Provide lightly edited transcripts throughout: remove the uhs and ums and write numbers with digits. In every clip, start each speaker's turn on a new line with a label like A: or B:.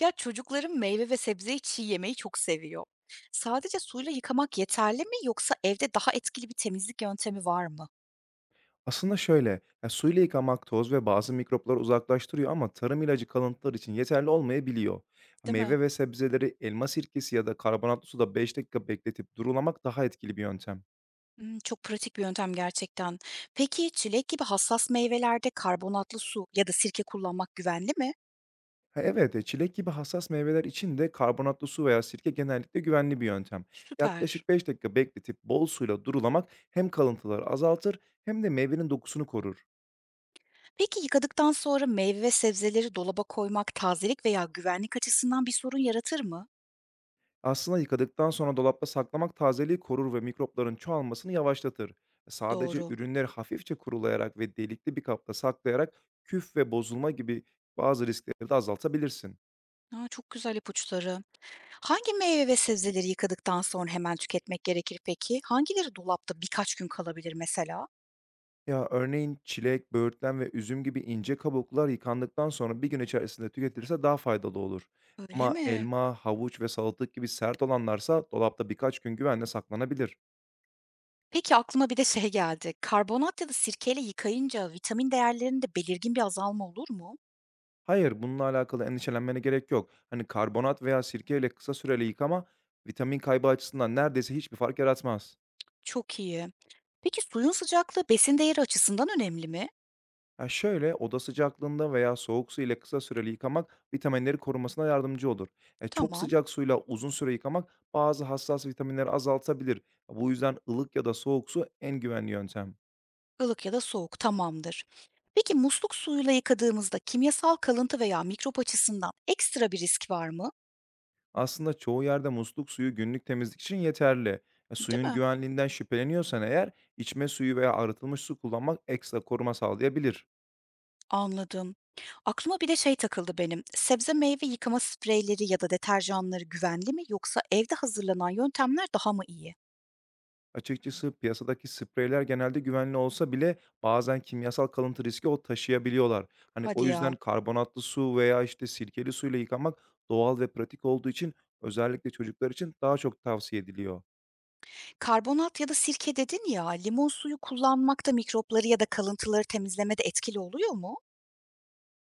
A: Ya çocuklarım meyve ve sebzeyi çiğ yemeyi çok seviyor. Sadece suyla yıkamak yeterli mi yoksa evde daha etkili bir temizlik yöntemi var mı?
B: Aslında şöyle, ya, suyla yıkamak toz ve bazı mikropları uzaklaştırıyor ama tarım ilacı kalıntılar için yeterli olmayabiliyor.
A: Değil mi?
B: Meyve ve sebzeleri elma sirkesi ya da karbonatlı suda 5 dakika bekletip durulamak daha etkili bir yöntem.
A: Hmm, çok pratik bir yöntem gerçekten. Peki çilek gibi hassas meyvelerde karbonatlı su ya da sirke kullanmak güvenli mi?
B: Ha, evet, çilek gibi hassas meyveler için de karbonatlı su veya sirke genellikle güvenli bir yöntem.
A: Süper.
B: Yaklaşık 5 dakika bekletip bol suyla durulamak hem kalıntıları azaltır hem de meyvenin dokusunu korur.
A: Peki yıkadıktan sonra meyve ve sebzeleri dolaba koymak tazelik veya güvenlik açısından bir sorun yaratır mı?
B: Aslında yıkadıktan sonra dolapta saklamak tazeliği korur ve mikropların çoğalmasını yavaşlatır. Sadece
A: Doğru.
B: ürünleri hafifçe kurulayarak ve delikli bir kapta saklayarak küf ve bozulma gibi bazı riskleri de azaltabilirsin.
A: Aa, çok güzel ipuçları. Hangi meyve ve sebzeleri yıkadıktan sonra hemen tüketmek gerekir peki? Hangileri dolapta birkaç gün kalabilir mesela?
B: Ya örneğin çilek, böğürtlen ve üzüm gibi ince kabuklar yıkandıktan sonra bir gün içerisinde tüketilirse daha faydalı olur.
A: Öyle
B: Ama
A: mi?
B: elma, havuç ve salatalık gibi sert olanlarsa dolapta birkaç gün güvenle saklanabilir.
A: Peki aklıma bir de şey geldi. Karbonat ya da sirkeyle yıkayınca vitamin değerlerinde belirgin bir azalma olur mu?
B: Hayır, bununla alakalı endişelenmene gerek yok. Hani karbonat veya sirke ile kısa süreli yıkama vitamin kaybı açısından neredeyse hiçbir fark yaratmaz.
A: Çok iyi. Peki suyun sıcaklığı besin değeri açısından önemli mi?
B: Ha şöyle oda sıcaklığında veya soğuk su ile kısa süreli yıkamak vitaminleri korumasına yardımcı olur. Çok
A: Tamam.
B: sıcak suyla uzun süre yıkamak bazı hassas vitaminleri azaltabilir. Bu yüzden ılık ya da soğuk su en güvenli yöntem.
A: Ilık ya da soğuk tamamdır. Peki musluk suyuyla yıkadığımızda kimyasal kalıntı veya mikrop açısından ekstra bir risk var mı?
B: Aslında çoğu yerde musluk suyu günlük temizlik için yeterli.
A: Değil
B: Suyun
A: mi?
B: güvenliğinden şüpheleniyorsan eğer içme suyu veya arıtılmış su kullanmak ekstra koruma sağlayabilir.
A: Anladım. Aklıma bir de şey takıldı benim. Sebze meyve yıkama spreyleri ya da deterjanları güvenli mi yoksa evde hazırlanan yöntemler daha mı iyi?
B: Açıkçası piyasadaki spreyler genelde güvenli olsa bile bazen kimyasal kalıntı riski o taşıyabiliyorlar. Hani
A: Hadi
B: o yüzden
A: ya.
B: karbonatlı su veya işte sirkeli suyla yıkamak doğal ve pratik olduğu için özellikle çocuklar için daha çok tavsiye ediliyor.
A: Karbonat ya da sirke dedin ya, limon suyu kullanmak da mikropları ya da kalıntıları temizlemede etkili oluyor mu?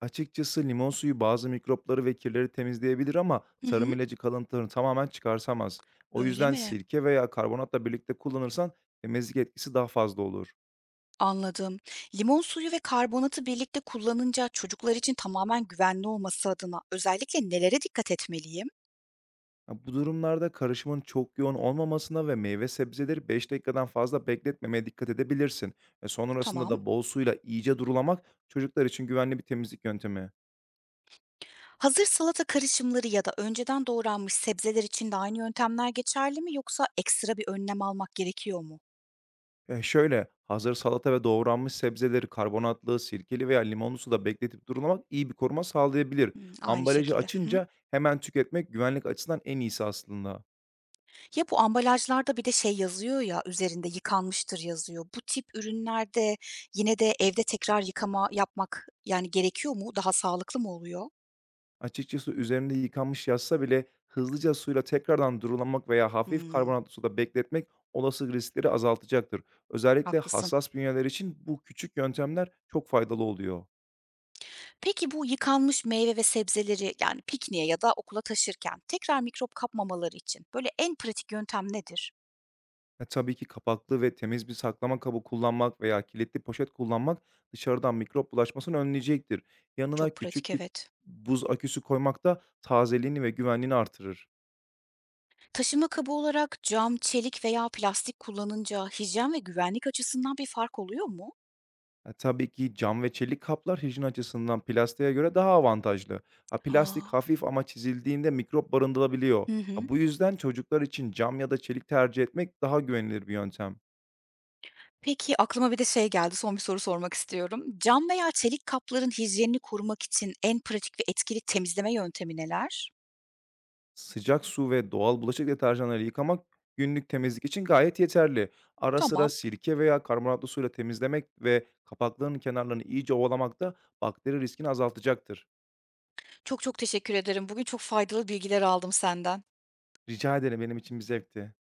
B: Açıkçası limon suyu bazı mikropları ve kirleri temizleyebilir ama
A: Hı
B: tarım
A: hı.
B: ilacı kalıntılarını tamamen çıkarsamaz. O
A: Öyle
B: yüzden
A: mi?
B: sirke veya karbonatla birlikte kullanırsan temizlik etkisi daha fazla olur.
A: Anladım. Limon suyu ve karbonatı birlikte kullanınca çocuklar için tamamen güvenli olması adına özellikle nelere dikkat etmeliyim?
B: Ya, bu durumlarda karışımın çok yoğun olmamasına ve meyve sebzeleri 5 dakikadan fazla bekletmemeye dikkat edebilirsin. Ve sonrasında
A: Tamam.
B: da bol suyla iyice durulamak çocuklar için güvenli bir temizlik yöntemi.
A: Hazır salata karışımları ya da önceden doğranmış sebzeler için de aynı yöntemler geçerli mi yoksa ekstra bir önlem almak gerekiyor mu?
B: Hazır salata ve doğranmış sebzeleri karbonatlı, sirkeli veya limonlu suda bekletip durulamak iyi bir koruma sağlayabilir.
A: Hımm, aynı
B: Ambalajı
A: şekilde. Hı hı.
B: açınca hemen tüketmek güvenlik açısından en iyisi aslında.
A: Ya, bu ambalajlarda bir de şey yazıyor ya, üzerinde "Yıkanmıştır." yazıyor. Bu tip ürünlerde yine de evde tekrar yıkama yapmak, yani, gerekiyor mu? Daha sağlıklı mı oluyor?
B: Açıkçası üzerinde yıkanmış yazsa bile hızlıca suyla tekrardan durulamak veya hafif
A: Hımm,
B: karbonatlı suda bekletmek olası riskleri azaltacaktır. Özellikle
A: haklısın.
B: hassas bünyeler için bu küçük yöntemler çok faydalı oluyor.
A: Peki bu yıkanmış meyve ve sebzeleri, yani, pikniğe ya da okula taşırken tekrar mikrop kapmamaları için böyle en pratik yöntem nedir?
B: Tabii ki kapaklı ve temiz bir saklama kabı kullanmak veya kilitli poşet kullanmak dışarıdan mikrop bulaşmasını önleyecektir. Yanına
A: Çok pratik,
B: küçük bir
A: evet.
B: buz aküsü koymak da tazeliğini ve güvenliğini artırır.
A: Taşıma kabı olarak cam, çelik veya plastik kullanınca hijyen ve güvenlik açısından bir fark oluyor mu?
B: Tabii ki cam ve çelik kaplar hijyen açısından plastiğe göre daha avantajlı. Ha, plastik
A: Aa.
B: hafif ama çizildiğinde mikrop barındırabiliyor.
A: Hı
B: Ha,
A: hı.
B: bu yüzden çocuklar için cam ya da çelik tercih etmek daha güvenilir bir yöntem.
A: Peki, aklıma bir de şey geldi, son bir soru sormak istiyorum. Cam veya çelik kapların hijyenini korumak için en pratik ve etkili temizleme yöntemi neler?
B: Sıcak su ve doğal bulaşık deterjanları yıkamak günlük temizlik için gayet yeterli. Ara sıra
A: Tamam.
B: sirke veya karbonatlı suyla temizlemek ve kapakların kenarlarını iyice ovalamak da bakteri riskini azaltacaktır.
A: Çok çok teşekkür ederim. Bugün çok faydalı bilgiler aldım senden.
B: Rica ederim benim için bir zevkti.